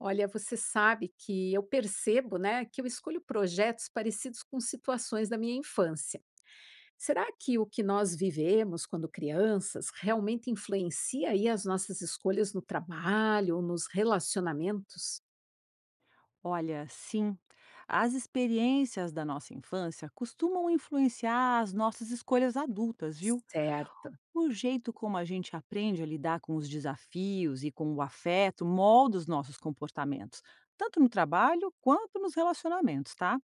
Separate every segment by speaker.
Speaker 1: Olha, você sabe que eu percebo, né, que eu escolho projetos parecidos com situações da minha infância. Será que o que nós vivemos quando crianças realmente influencia aí as nossas escolhas no trabalho ou nos relacionamentos?
Speaker 2: Olha, sim, as experiências da nossa infância costumam influenciar as nossas escolhas adultas, viu?
Speaker 1: Certo.
Speaker 2: O jeito como a gente aprende a lidar com os desafios e com o afeto molda os nossos comportamentos, tanto no trabalho quanto nos relacionamentos, tá?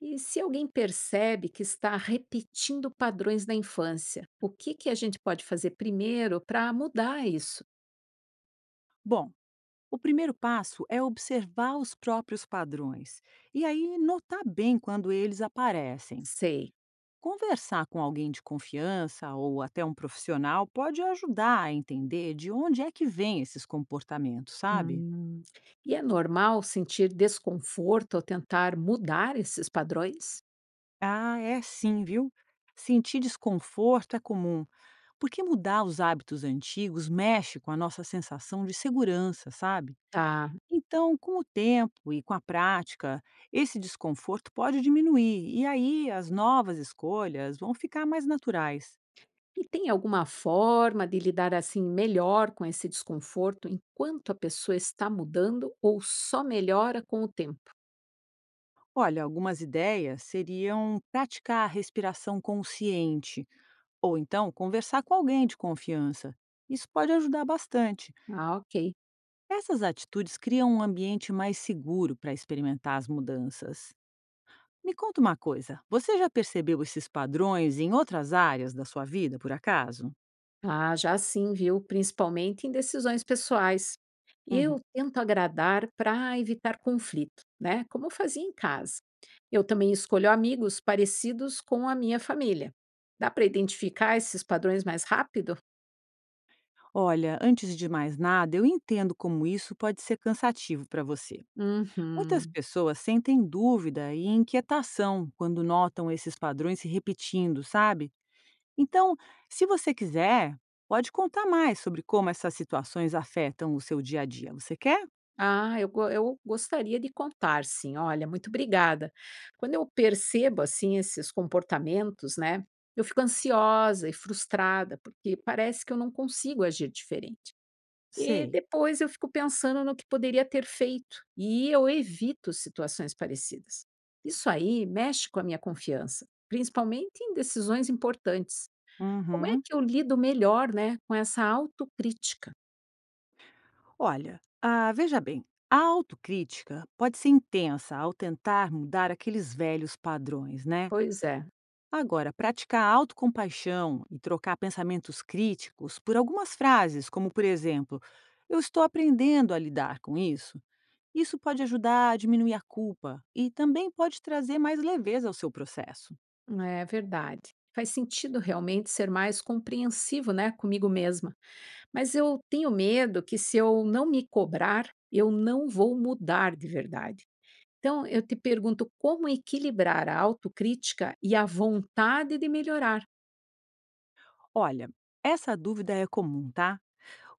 Speaker 1: E se alguém percebe que está repetindo padrões da infância, o que que a gente pode fazer primeiro para mudar isso?
Speaker 2: Bom, o primeiro passo é observar os próprios padrões e aí notar bem quando eles aparecem.
Speaker 1: Sei.
Speaker 2: Conversar com alguém de confiança ou até um profissional pode ajudar a entender de onde é que vêm esses comportamentos, sabe?
Speaker 1: Hum. E é normal sentir desconforto ao tentar mudar esses padrões?
Speaker 2: Ah, é sim, viu? Sentir desconforto é comum, porque mudar os hábitos antigos mexe com a nossa sensação de segurança, sabe?
Speaker 1: Tá.
Speaker 2: Então, com o tempo e com a prática, esse desconforto pode diminuir e aí as novas escolhas vão ficar mais naturais.
Speaker 1: E tem alguma forma de lidar assim melhor com esse desconforto enquanto a pessoa está mudando ou só melhora com o tempo?
Speaker 2: Olha, algumas ideias seriam praticar a respiração consciente ou então conversar com alguém de confiança. Isso pode ajudar bastante.
Speaker 1: Ah, ok.
Speaker 2: Essas atitudes criam um ambiente mais seguro para experimentar as mudanças. Me conta uma coisa: você já percebeu esses padrões em outras áreas da sua vida, por acaso?
Speaker 1: Ah, já sim, viu? Principalmente em decisões pessoais. Eu
Speaker 2: Uhum.
Speaker 1: tento agradar para evitar conflito, né? Como eu fazia em casa. Eu também escolho amigos parecidos com a minha família. Dá para identificar esses padrões mais rápido?
Speaker 2: Olha, antes de mais nada, eu entendo como isso pode ser cansativo para você. Muitas
Speaker 1: Uhum.
Speaker 2: pessoas sentem dúvida e inquietação quando notam esses padrões se repetindo, sabe? Então, se você quiser, pode contar mais sobre como essas situações afetam o seu dia a dia. Você quer?
Speaker 1: Eu gostaria de contar, sim. Olha, muito obrigada. Quando eu percebo, assim, esses comportamentos, né? Eu fico ansiosa e frustrada, porque parece que eu não consigo agir diferente. E
Speaker 2: Sei.
Speaker 1: depois eu fico pensando no que poderia ter feito, e eu evito situações parecidas. Isso aí mexe com a minha confiança, principalmente em decisões importantes. Como é
Speaker 2: Uhum.
Speaker 1: que eu lido melhor, né, com essa autocrítica?
Speaker 2: Olha, ah, veja bem, a autocrítica pode ser intensa ao tentar mudar aqueles velhos padrões, né?
Speaker 1: Pois é,
Speaker 2: Agora, praticar autocompaixão e trocar pensamentos críticos por algumas frases, como por exemplo, eu estou aprendendo a lidar com isso, isso pode ajudar a diminuir a culpa e também pode trazer mais leveza ao seu processo.
Speaker 1: é verdade. Faz sentido realmente ser mais compreensivo, né, comigo mesma. Mas eu tenho medo que se eu não me cobrar, eu não vou mudar de verdade. Então, eu te pergunto como equilibrar a autocrítica e a vontade de melhorar.
Speaker 2: Olha, essa dúvida é comum, tá?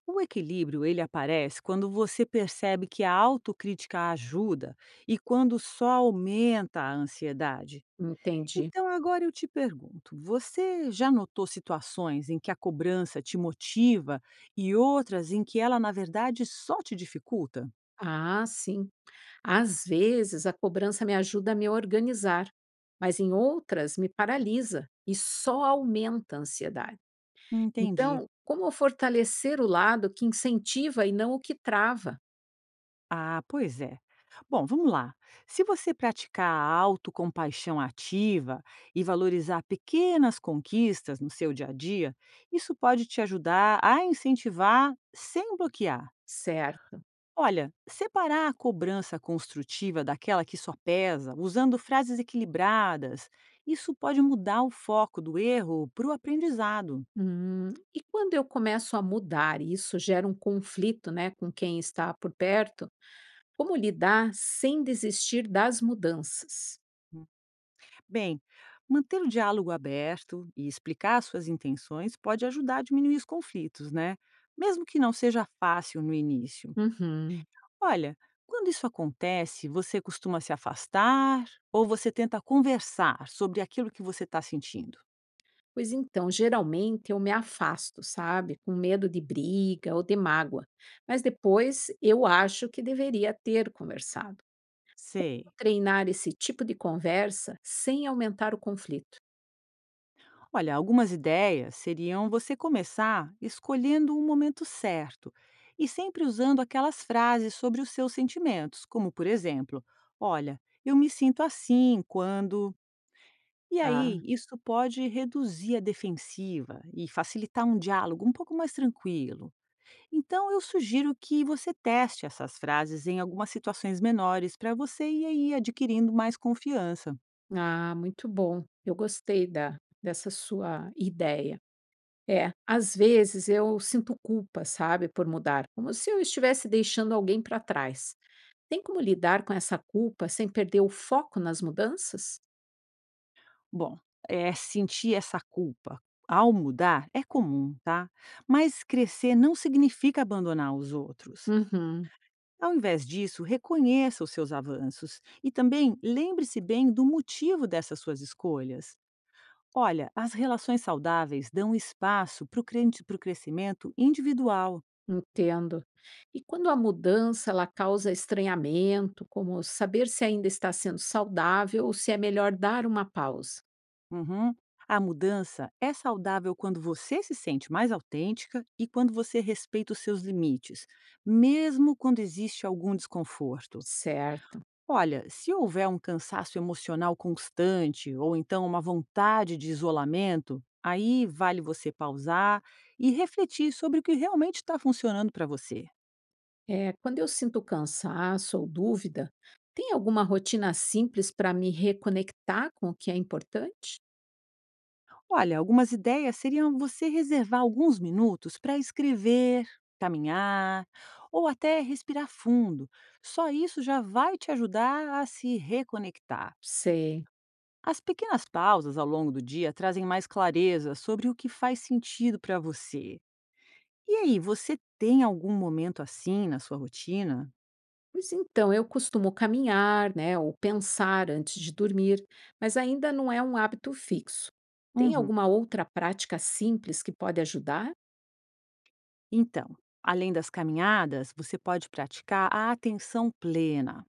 Speaker 2: O equilíbrio ele aparece quando você percebe que a autocrítica ajuda e quando só aumenta a ansiedade.
Speaker 1: Entendi.
Speaker 2: Então agora eu te pergunto, você já notou situações em que a cobrança te motiva e outras em que ela na verdade só te dificulta?
Speaker 1: Ah, sim. Às vezes a cobrança me ajuda a me organizar, mas em outras me paralisa e só aumenta a ansiedade.
Speaker 2: Entendi.
Speaker 1: Então, como fortalecer o lado que incentiva e não o que trava?
Speaker 2: Ah, pois é. Bom, vamos lá. Se você praticar a autocompaixão ativa e valorizar pequenas conquistas no seu dia a dia, isso pode te ajudar a incentivar sem bloquear.
Speaker 1: Certo.
Speaker 2: Olha, separar a cobrança construtiva daquela que só pesa, usando frases equilibradas, isso pode mudar o foco do erro para o aprendizado.
Speaker 1: E quando eu começo a mudar, e isso gera um conflito, né, com quem está por perto, como lidar sem desistir das mudanças?
Speaker 2: Bem, manter o diálogo aberto e explicar suas intenções pode ajudar a diminuir os conflitos, né? Mesmo que não seja fácil no início.
Speaker 1: Uhum.
Speaker 2: Olha, quando isso acontece, você costuma se afastar ou você tenta conversar sobre aquilo que você está sentindo?
Speaker 1: Pois então, geralmente eu me afasto, sabe, com medo de briga ou de mágoa, mas depois eu acho que deveria ter conversado.
Speaker 2: Sei.
Speaker 1: Treinar esse tipo de conversa sem aumentar o conflito.
Speaker 2: Olha, algumas ideias seriam você começar escolhendo um momento certo e sempre usando aquelas frases sobre os seus sentimentos, como por exemplo, olha, eu me sinto assim quando. E
Speaker 1: Tá.
Speaker 2: aí, isso pode reduzir a defensiva e facilitar um diálogo um pouco mais tranquilo. Então, eu sugiro que você teste essas frases em algumas situações menores para você ir aí adquirindo mais confiança.
Speaker 1: Ah, muito bom. Dessa sua ideia. É, às vezes eu sinto culpa, sabe, por mudar, como se eu estivesse deixando alguém para trás. Tem como lidar com essa culpa sem perder o foco nas mudanças?
Speaker 2: Bom, sentir essa culpa ao mudar é comum, tá? Mas crescer não significa abandonar os outros.
Speaker 1: Uhum.
Speaker 2: Ao invés disso, reconheça os seus avanços e também lembre-se bem do motivo dessas suas escolhas. Olha, as relações saudáveis dão espaço para o crescimento individual.
Speaker 1: Entendo. E quando a mudança ela causa estranhamento, como saber se ainda está sendo saudável ou se é melhor dar uma pausa?
Speaker 2: Uhum. A mudança é saudável quando você se sente mais autêntica e quando você respeita os seus limites, mesmo quando existe algum desconforto.
Speaker 1: Certo.
Speaker 2: Olha, se houver um cansaço emocional constante ou então uma vontade de isolamento, aí vale você pausar e refletir sobre o que realmente está funcionando para você.
Speaker 1: É, quando eu sinto cansaço ou dúvida, tem alguma rotina simples para me reconectar com o que é importante?
Speaker 2: Olha, algumas ideias seriam você reservar alguns minutos para escrever, caminhar ou até respirar fundo. Só isso já vai te ajudar a se reconectar.
Speaker 1: Sei.
Speaker 2: As pequenas pausas ao longo do dia trazem mais clareza sobre o que faz sentido para você. E aí, você tem algum momento assim na sua rotina?
Speaker 1: Pois então, eu costumo caminhar, né, ou pensar antes de dormir, mas ainda não é um hábito fixo. Tem
Speaker 2: Uhum.
Speaker 1: alguma outra prática simples que pode ajudar?
Speaker 2: Então, além das caminhadas, você pode praticar a atenção plena,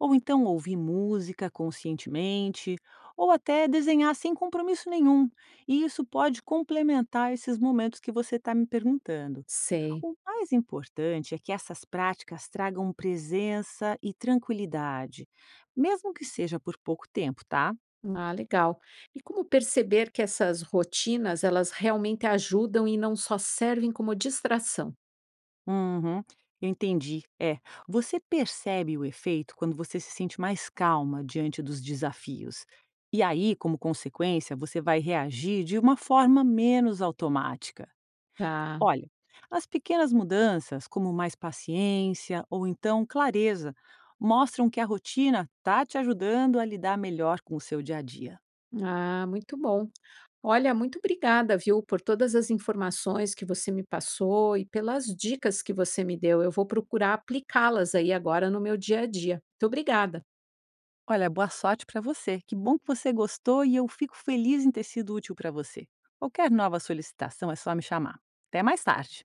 Speaker 2: ou então ouvir música conscientemente, ou até desenhar sem compromisso nenhum. E isso pode complementar esses momentos que você está me perguntando.
Speaker 1: Sei.
Speaker 2: O mais importante é que essas práticas tragam presença e tranquilidade, mesmo que seja por pouco tempo, tá?
Speaker 1: Ah, legal. E como perceber que essas rotinas, elas realmente ajudam e não só servem como distração?
Speaker 2: Uhum, eu entendi. É, você percebe o efeito quando você se sente mais calma diante dos desafios. E aí, como consequência, você vai reagir de uma forma menos automática.
Speaker 1: Tá.
Speaker 2: Olha, as pequenas mudanças, como mais paciência ou então clareza, mostram que a rotina está te ajudando a lidar melhor com o seu dia a dia.
Speaker 1: Ah, muito bom. Olha, muito obrigada, viu, por todas as informações que você me passou e pelas dicas que você me deu. Eu vou procurar aplicá-las aí agora no meu dia a dia. Muito obrigada.
Speaker 2: Olha, boa sorte para você. Que bom que você gostou e eu fico feliz em ter sido útil para você. Qualquer nova solicitação é só me chamar. Até mais tarde.